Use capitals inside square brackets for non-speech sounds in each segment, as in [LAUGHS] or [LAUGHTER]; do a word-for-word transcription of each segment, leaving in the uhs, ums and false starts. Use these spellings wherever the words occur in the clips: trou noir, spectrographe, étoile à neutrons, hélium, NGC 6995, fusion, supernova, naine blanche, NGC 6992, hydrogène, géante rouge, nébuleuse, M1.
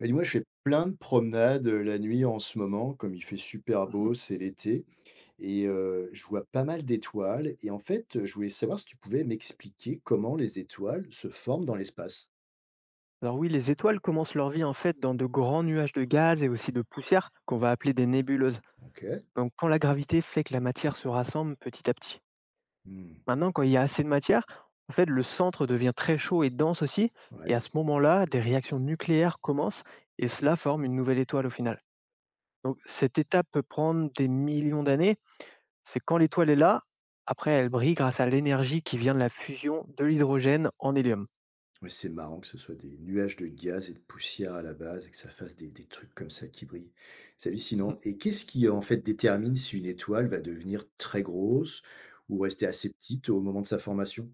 Bah, dis-moi, je fais plein de promenades, heu, la nuit en ce moment, comme il fait super Mmh. beau, c'est l'été et heu, je vois pas mal d'étoiles et en fait, heu, je voulais savoir si tu pouvais m'expliquer comment les étoiles se forment dans l'espace? Alors oui, les étoiles commencent leur vie en fait dans de grands nuages de gaz et aussi de poussière qu'on va appeler des nébuleuses. OK. Donc quand la gravité fait que la matière se rassemble petit à petit. Mmh. Maintenant, quand il y a assez de matière, en fait, le centre devient très chaud et dense aussi. Et à Ouais. ce moment-là, des réactions nucléaires commencent et cela forme une nouvelle étoile au final. Donc cette étape peut prendre des millions d'années. C'est quand l'étoile est là, après elle brille grâce à l'énergie qui vient de la fusion de l'hydrogène en hélium. Ouais, c'est marrant que ce soit des nuages de gaz et de poussière à la base et que ça fasse des des trucs comme ça qui brillent. C'est Mmh. hallucinant, et qu'est-ce qui, en fait, détermine si une étoile va devenir très grosse ou rester assez petite au moment de sa formation?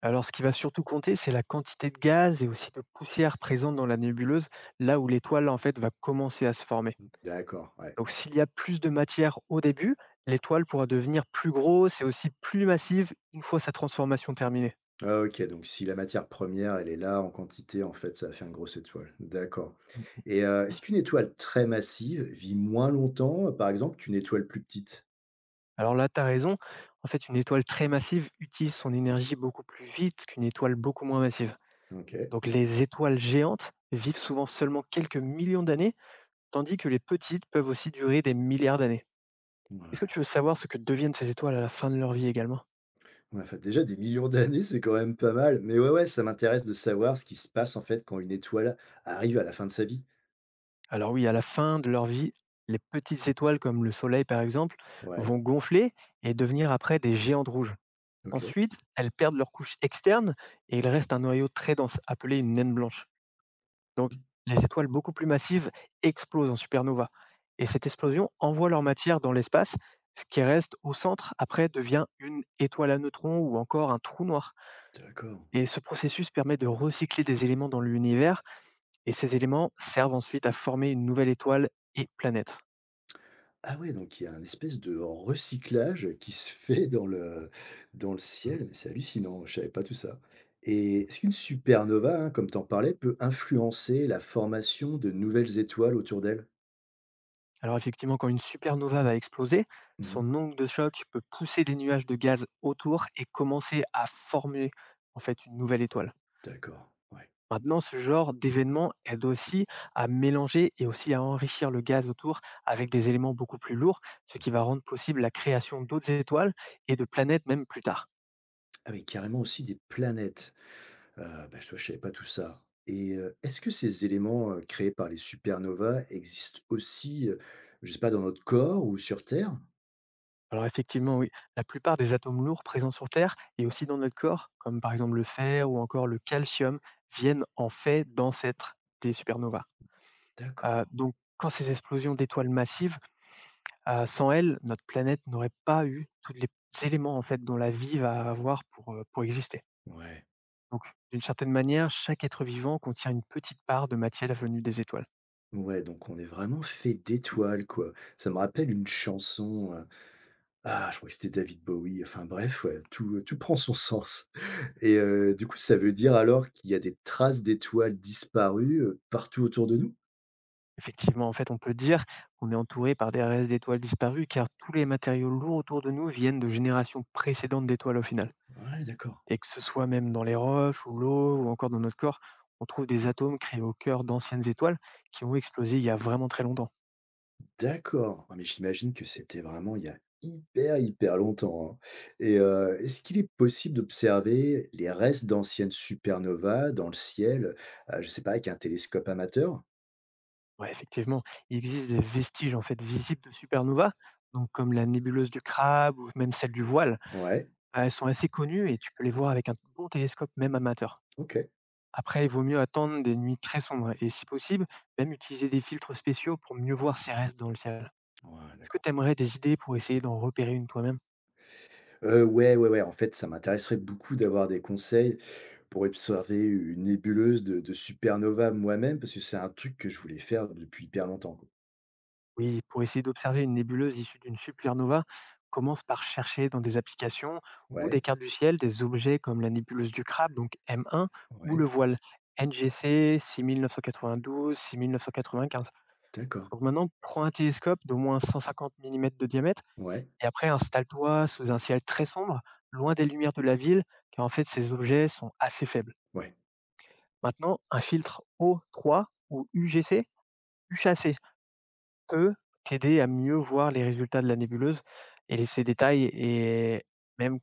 Alors ce qui va surtout compter, c'est la quantité de gaz et aussi de poussière présente dans la nébuleuse, là où l'étoile en fait va commencer à se former. D'accord, ouais. Donc s'il y a plus de matière au début, l'étoile pourra devenir plus grosse et aussi plus massive une fois sa transformation terminée. Ah OK, donc si la matière première, elle est là en quantité, en fait, ça fait une grosse étoile. D'accord, Mmh. et heu, est-ce qu'une étoile très massive vit moins longtemps, euh, par exemple, qu'une étoile plus petite? Alors là, tu as raison, en fait une étoile très massive utilise son énergie beaucoup plus vite qu'une étoile beaucoup moins massive. OK. Donc les étoiles géantes vivent souvent seulement quelques millions d'années, tandis que les petites peuvent aussi durer des milliards d'années. Est-ce que Ouais. tu veux savoir ce que deviennent ces étoiles à la fin de leur vie également? Ouais, enfin, déjà des millions d'années, c'est quand même pas mal, mais ouais, ouais, ça m'intéresse de savoir ce qui se passe, en fait, quand une étoile arrive à la fin de sa vie. Alors oui, à la fin de leur vie, les petites étoiles comme le Soleil par exemple Ouais, vont gonfler et devenir après des géantes rouges. OK, Ensuite, elles perdent leur couche externe et il reste un noyau très dense appelé une naine blanche. Donc les étoiles beaucoup plus massives explosent en supernova et cette explosion envoie leur matière dans l'espace, ce qui reste au centre après devient une étoile à neutrons ou encore un trou noir. d'accord. Et ce processus permet de recycler des éléments dans l'univers et ces éléments servent ensuite à former une nouvelle étoile et planète. Ah ouais, donc il y a un espèce de recyclage qui se fait dans le dans le Mhm. ciel, mais c'est hallucinant, je savais pas tout ça. Et est-ce qu'une supernova, hein, comme t'en parlais, peut influencer la formation de nouvelles étoiles autour d'elle? Alors effectivement, quand une supernova va exploser, Mmh. son onde de choc peut pousser des nuages de gaz autour et commencer à former en fait une nouvelle étoile. D'accord, ouais. Maintenant, ce genre d'événement aide aussi à mélanger et aussi à enrichir le gaz autour avec des éléments beaucoup plus lourds, ce qui va rendre possible la création d'autres étoiles et de planètes même plus tard. Ah oui, carrément aussi des planètes. Ah bah, tu vois, je ne savais pas tout ça. Et heu, est-ce que ces éléments, heu, créés par les supernovas existent aussi, heu, je sais pas, dans notre corps ou sur Terre? Alors effectivement, oui, la plupart des atomes lourds présents sur Terre et aussi dans notre corps, comme par exemple le fer ou encore le calcium, viennent en fait d'ancêtres des supernovas. D'accord, Euh, donc quand ces explosions d'étoiles massives, euh, sans elles, notre planète n'aurait pas eu tous les éléments en fait dont la vie va avoir pour, euh, pour exister. ouais. Donc, d'une certaine manière, chaque être vivant contient une petite part de matière venue des étoiles. Ouais, donc on est vraiment fait d'étoiles, quoi. Ça me rappelle une chanson, heu, ah, je crois que c'était David Bowie, enfin bref, ouais, tout, tout prend son [LAUGHS] sens et heu, du coup, ça veut dire alors qu'il y a des traces d'étoiles disparues, heu, partout autour de nous? Effectivement, en fait, on peut dire qu'on est entouré par des restes d'étoiles disparues car tous les matériaux lourds autour de nous viennent de générations précédentes d'étoiles au final. Ouais, d'accord. Et que ce soit même dans les roches ou l'eau ou encore dans notre corps, on trouve des atomes créés au cœur d'anciennes étoiles qui ont explosé il y a vraiment très longtemps. D'accord. Ah mais j'imagine que c'était vraiment il y a hyper, hyper longtemps, hein, et heu, est-ce qu'il est possible d'observer les restes d'anciennes supernovas dans le ciel, heu, je sais pas, avec un télescope amateur? Ouais, effectivement, il existe des vestiges en fait visibles de supernovas, donc comme la nébuleuse du Crabe ou même celle du Voile. Ouais, Euh, Elles sont assez connues et tu peux les voir avec un bon télescope, même amateur. OK. Après, il vaut mieux attendre des nuits très sombres et, si possible, même utiliser des filtres spéciaux pour mieux voir ces restes dans le ciel. Ouais, Est-ce que d'accord. tu aimerais des idées pour essayer d'en repérer une toi-même? Heu, ouais, ouais, ouais, en fait, ça m'intéresserait beaucoup d'avoir des conseils pour observer une nébuleuse de de supernova moi-même, parce que c'est un truc que je voulais faire depuis hyper longtemps, quoi. Oui, pour essayer d'observer une nébuleuse issue d'une supernova, commence par chercher dans des applications ou Ouais, des cartes du ciel des objets comme la nébuleuse du crabe, donc M un, ou ouais, le voile N G C six mille neuf cent quatre-vingt-douze, six mille neuf cent quatre-vingt-quinze. d'accord. Donc maintenant, prends un télescope d'au moins cent cinquante millimètres de diamètre Ouais, et après installe-toi sous un ciel très sombre, loin des lumières de la ville, car en fait ces objets sont assez faibles. ouais, Maintenant, un filtre O trois ou U G C, U H A C, peut t'aider à mieux voir les résultats de la nébuleuse et les ses détails et même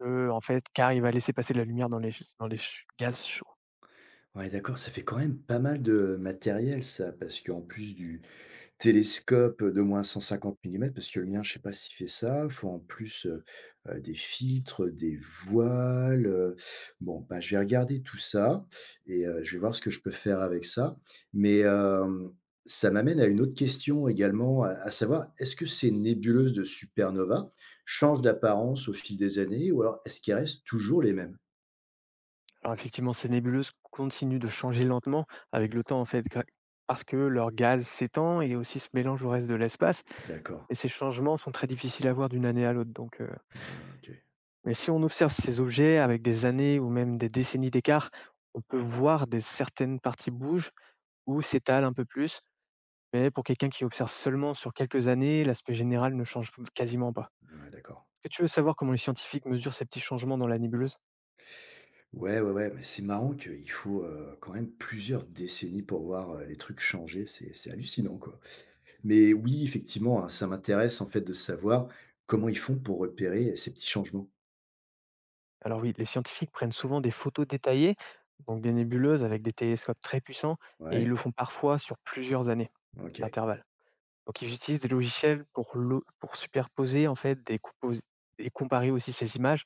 que, en fait, car il va laisser passer de la lumière dans les ch- dans les ch- gaz chauds. ouais, d'accord, ça fait quand même pas mal de matériel ça, parce qu'en plus du Télescope, heu, d'au moins cent cinquante millimètres, parce que le mien, je sais pas s'il fait ça. Faut en plus, heu heu, des filtres, des voiles, heu, bon, bah, je vais regarder tout ça et heu, je vais voir ce que je peux faire avec ça. Mais, hem, ça m'amène à une autre question également, à à savoir, est-ce que ces nébuleuses de supernova changent d'apparence au fil des années ou alors est-ce qu'elles restent toujours les mêmes? Alors effectivement, ces nébuleuses continuent de changer lentement avec le temps, en fait, gra- parce que leur gaz s'étend et aussi se mélange au reste de l'espace. D'accord, Et ces changements sont très difficiles à voir d'une année à l'autre. Donc, euh, ah, OK. mais si on observe ces objets avec des années ou même des décennies d'écart, on peut voir des certaines parties bougent ou s'étalent un peu plus. Mais pour quelqu'un qui observe seulement sur quelques années, l'aspect général ne change quasiment pas. Ouais, d'accord. Est-ce que tu veux savoir comment les scientifiques mesurent ces petits changements dans la nébuleuse? Ouais, ouais, ouais, mais c'est marrant qu'il faut, heu, quand même plusieurs décennies pour voir, heu, les trucs changer, c'est c'est hallucinant, quoi. Mais oui, effectivement, hein, ça m'intéresse, en fait, de savoir comment ils font pour repérer, ces petits changements. Alors oui, les scientifiques prennent souvent des photos détaillées, donc des nébuleuses avec des télescopes très puissants, et ils Ouais? le font parfois sur plusieurs années OK. d'intervalle. Donc ils utilisent des logiciels pour, lo- pour superposer en fait des compos- et comparer aussi ces images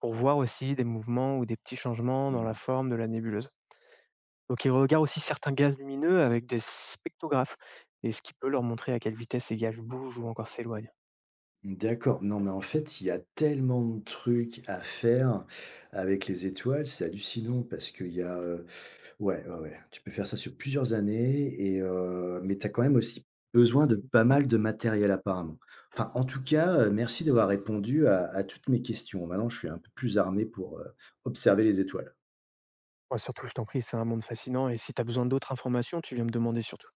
pour voir aussi des mouvements ou des petits changements dans la Mmh. forme de la nébuleuse. Donc ils regardent aussi certains gaz lumineux avec des spectrographes et ce qui peut leur montrer à quelle vitesse ces gaz bougent ou encore s'éloignent. D'accord. Non, mais en fait, il y a tellement de trucs à faire avec les étoiles, c'est hallucinant parce qu'il y a, heu. Ouais, ouais, ouais. Tu peux faire ça sur plusieurs années et heu, mais tu as quand même aussi besoin de pas mal de matériel apparemment. Enfin, en tout cas, heu, merci d'avoir répondu à à toutes mes questions. Maintenant, je suis un peu plus armé pour, heu, observer les étoiles. Moi surtout, je t'en prie, c'est un monde fascinant et si tu as besoin d'autres informations, tu viens me demander surtout.